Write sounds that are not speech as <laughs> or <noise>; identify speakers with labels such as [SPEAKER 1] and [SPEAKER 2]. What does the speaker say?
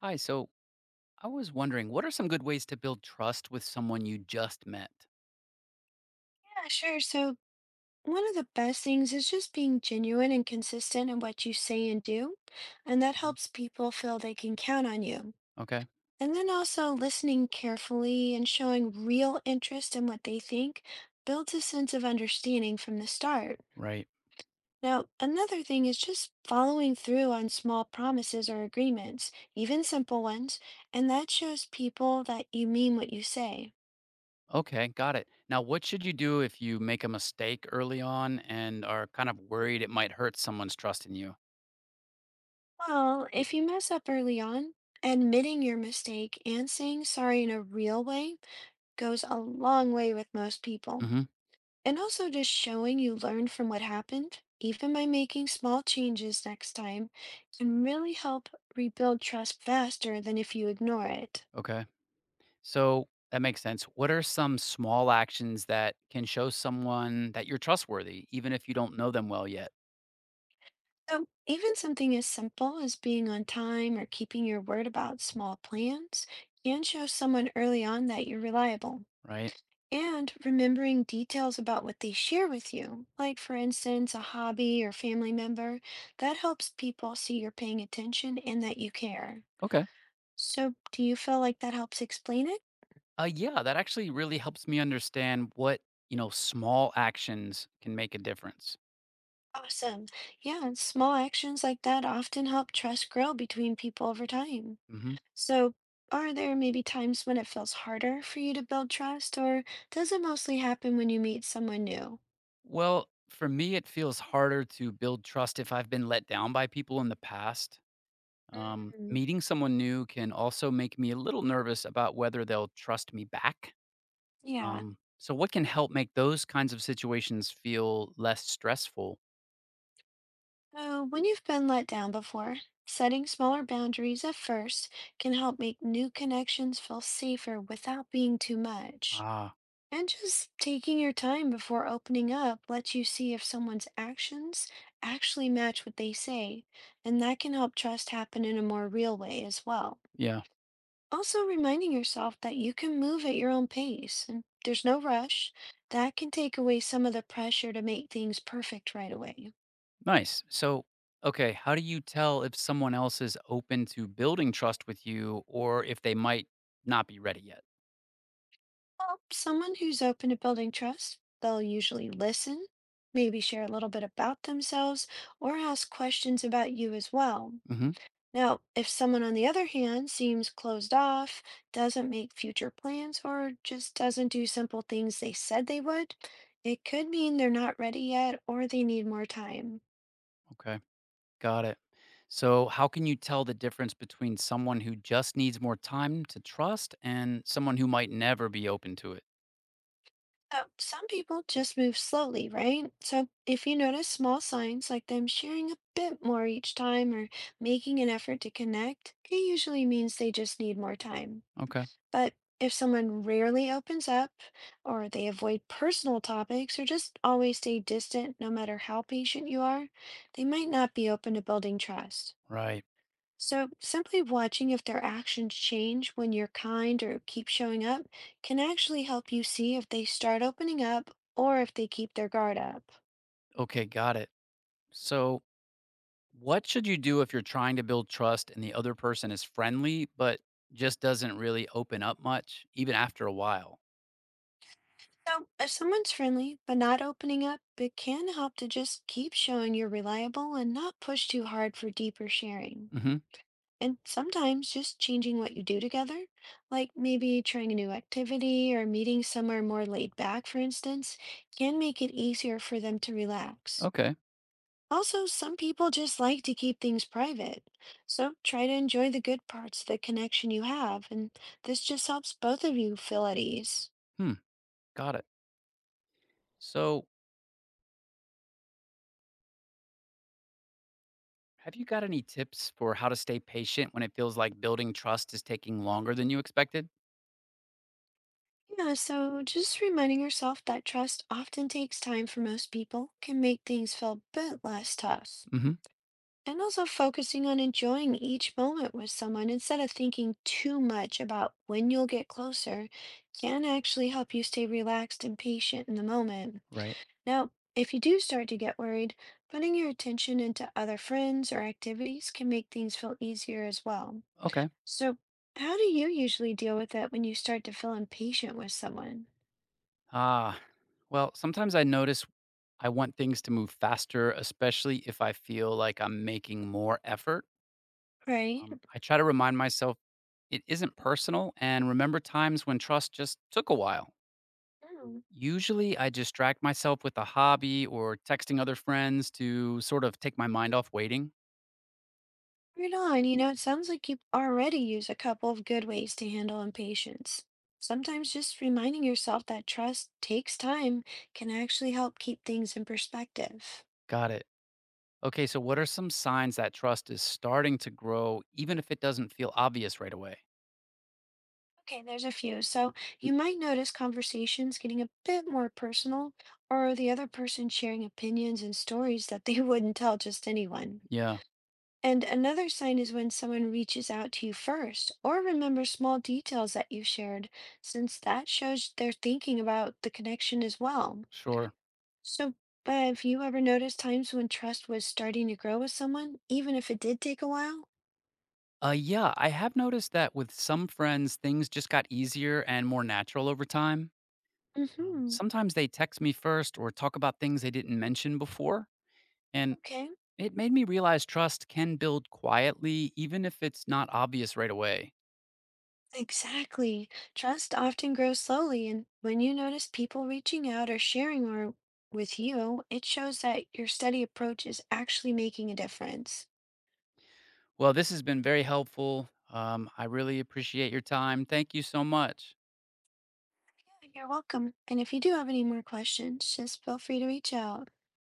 [SPEAKER 1] Hi, so I was wondering, what are some good ways to build trust with someone you just met?
[SPEAKER 2] Yeah, sure. So, one of the best things is just being genuine and consistent in what you say and do, and that
[SPEAKER 1] Mhm.
[SPEAKER 2] helps people feel they can count on you.
[SPEAKER 1] Okay,
[SPEAKER 2] And then also listening carefully and showing real interest in what they think builds a sense of understanding from the start.
[SPEAKER 1] right.
[SPEAKER 2] Now, another thing is just following through on small promises or agreements, even simple ones, and that shows people that you mean what you say.
[SPEAKER 1] Okay, got it. Now, what should you do if you make a mistake early on and are kind of worried it might hurt someone's trust in you?
[SPEAKER 2] Well, if you mess up early on, admitting your mistake and saying sorry in a real way goes a long way with most people.
[SPEAKER 1] Hmm.
[SPEAKER 2] And also just showing you learned from what happened, even by making small changes next time, can really help rebuild trust faster than if you ignore it.
[SPEAKER 1] Okay, so that makes sense. What are some small actions that can show someone that you're trustworthy, even if you don't know them well yet?
[SPEAKER 2] So even something as simple as being on time or keeping your word about small plans can show someone early on that you're reliable.
[SPEAKER 1] Right.
[SPEAKER 2] And remembering details about what they share with you, like for instance, a hobby or family member, that helps people see you're paying attention and that you care.
[SPEAKER 1] Okay.
[SPEAKER 2] So, do you feel like that helps explain it?
[SPEAKER 1] Yeah, that actually really helps me understand what. Small actions can make a difference.
[SPEAKER 2] Awesome. Yeah, and small actions like that often help trust grow between people over time.
[SPEAKER 1] Hmm.
[SPEAKER 2] So, are there maybe times when it feels harder for you to build trust, or does it mostly happen when you meet someone new?
[SPEAKER 1] Well, for me, it feels harder to build trust if I've been let down by people in the past.
[SPEAKER 2] Mm,
[SPEAKER 1] Meeting someone new can also make me a little nervous about whether they'll trust me back.
[SPEAKER 2] yeah.
[SPEAKER 1] So, what can help make those kinds of situations feel less stressful?
[SPEAKER 2] So, when you've been let down before, setting smaller boundaries at first can help make new connections feel safer without being too much.
[SPEAKER 1] Ah,
[SPEAKER 2] And just taking your time before opening up lets you see if someone's actions actually match what they say, and that can help trust happen in a more real way as well.
[SPEAKER 1] yeah,
[SPEAKER 2] Also, reminding yourself that you can move at your own pace and there's no rush, that can take away some of the pressure to make things perfect right away.
[SPEAKER 1] nice. So, okay, how do you tell if someone else is open to building trust with you or if they might not be ready yet?
[SPEAKER 2] Well, someone who's open to building trust, they'll usually listen, maybe share a little bit about themselves, or ask questions about you as well.
[SPEAKER 1] Hmm.
[SPEAKER 2] Now, if someone on the other hand seems closed off, doesn't make future plans, or just doesn't do simple things they said they would, it could mean they're not ready yet or they need more time.
[SPEAKER 1] Okay. Got it. So, how can you tell the difference between someone who just needs more time to trust and someone who might never be open to it?
[SPEAKER 2] So some people just move slowly, right? So if you notice small signs like them sharing a bit more each time or making an effort to connect, it usually means they just need more time.
[SPEAKER 1] Okay.
[SPEAKER 2] But if someone rarely opens up, or they avoid personal topics, or just always stay distant no matter how patient you are, they might not be open to building trust.
[SPEAKER 1] Right.
[SPEAKER 2] So, simply watching if their actions change when you're kind or keep showing up can actually help you see if they start opening up or if they keep their guard up.
[SPEAKER 1] Okay. Got it. So, what should you do if you're trying to build trust and the other person is friendly, but just doesn't really open up much, even after a while?
[SPEAKER 2] So, if someone's friendly but not opening up, it can help to just keep showing you're reliable and not push too hard for deeper sharing.
[SPEAKER 1] Hmm.
[SPEAKER 2] And sometimes just changing what you do together, like maybe trying a new activity or meeting somewhere more laid back, for instance, can make it easier for them to relax.
[SPEAKER 1] Okay.
[SPEAKER 2] Also, some people just like to keep things private. So try to enjoy the good parts of the connection you have, and this just helps both of you feel at ease.
[SPEAKER 1] Hmm. Got it. So, have you got any tips for how to stay patient when it feels like building trust is taking longer than you expected?
[SPEAKER 2] Yeah, so just reminding yourself that trust often takes time for most people can make things feel a bit less tough.
[SPEAKER 1] Hmm.
[SPEAKER 2] And also focusing on enjoying each moment with someone instead of thinking too much about when you'll get closer can actually help you stay relaxed and patient in the moment.
[SPEAKER 1] Right.
[SPEAKER 2] Now, if you do start to get worried, putting your attention into other friends or activities can make things feel easier as well.
[SPEAKER 1] Okay.
[SPEAKER 2] So, how do you usually deal with it when you start to feel impatient with someone?
[SPEAKER 1] Ah, well, sometimes I notice I want things to move faster, especially if I feel like I'm making more effort.
[SPEAKER 2] Right?
[SPEAKER 1] I try to remind myself it isn't personal and remember times when trust just took a while.
[SPEAKER 2] Mm.
[SPEAKER 1] Usually, I distract myself with a hobby or texting other friends to sort of take my mind off waiting.
[SPEAKER 2] Right on. You know, it sounds like you already use a couple of good ways to handle impatience. Sometimes just reminding yourself that trust takes time can actually help keep things in perspective.
[SPEAKER 1] Got it. Okay, so what are some signs that trust is starting to grow, even if it doesn't feel obvious right away?
[SPEAKER 2] Okay, there's a few. So you might notice conversations getting a bit more personal, or the other person sharing opinions and stories that they <laughs> wouldn't tell just anyone.
[SPEAKER 1] Yeah,
[SPEAKER 2] And another sign is when someone reaches out to you first or remembers small details that you shared, since that shows they're thinking about the connection as well.
[SPEAKER 1] sure.
[SPEAKER 2] So, have you ever noticed times when trust was starting to grow with someone, even if it did take a while?
[SPEAKER 1] Yeah, I have noticed that with some friends, things just got easier and more natural over time.
[SPEAKER 2] Mm-hmm.
[SPEAKER 1] Sometimes they text me first or talk about things they didn't mention before, and
[SPEAKER 2] Okay.
[SPEAKER 1] it made me realize trust can build quietly, even if it's not obvious right away.
[SPEAKER 2] Exactly. Trust often grows slowly, and when you notice people reaching out or sharing more with you, it shows that your steady approach is actually making a difference.
[SPEAKER 1] Well, this has been very helpful. I really appreciate your time. Thank you so much.
[SPEAKER 2] Yeah, you're welcome. And if you do have any more questions, just feel free to reach out.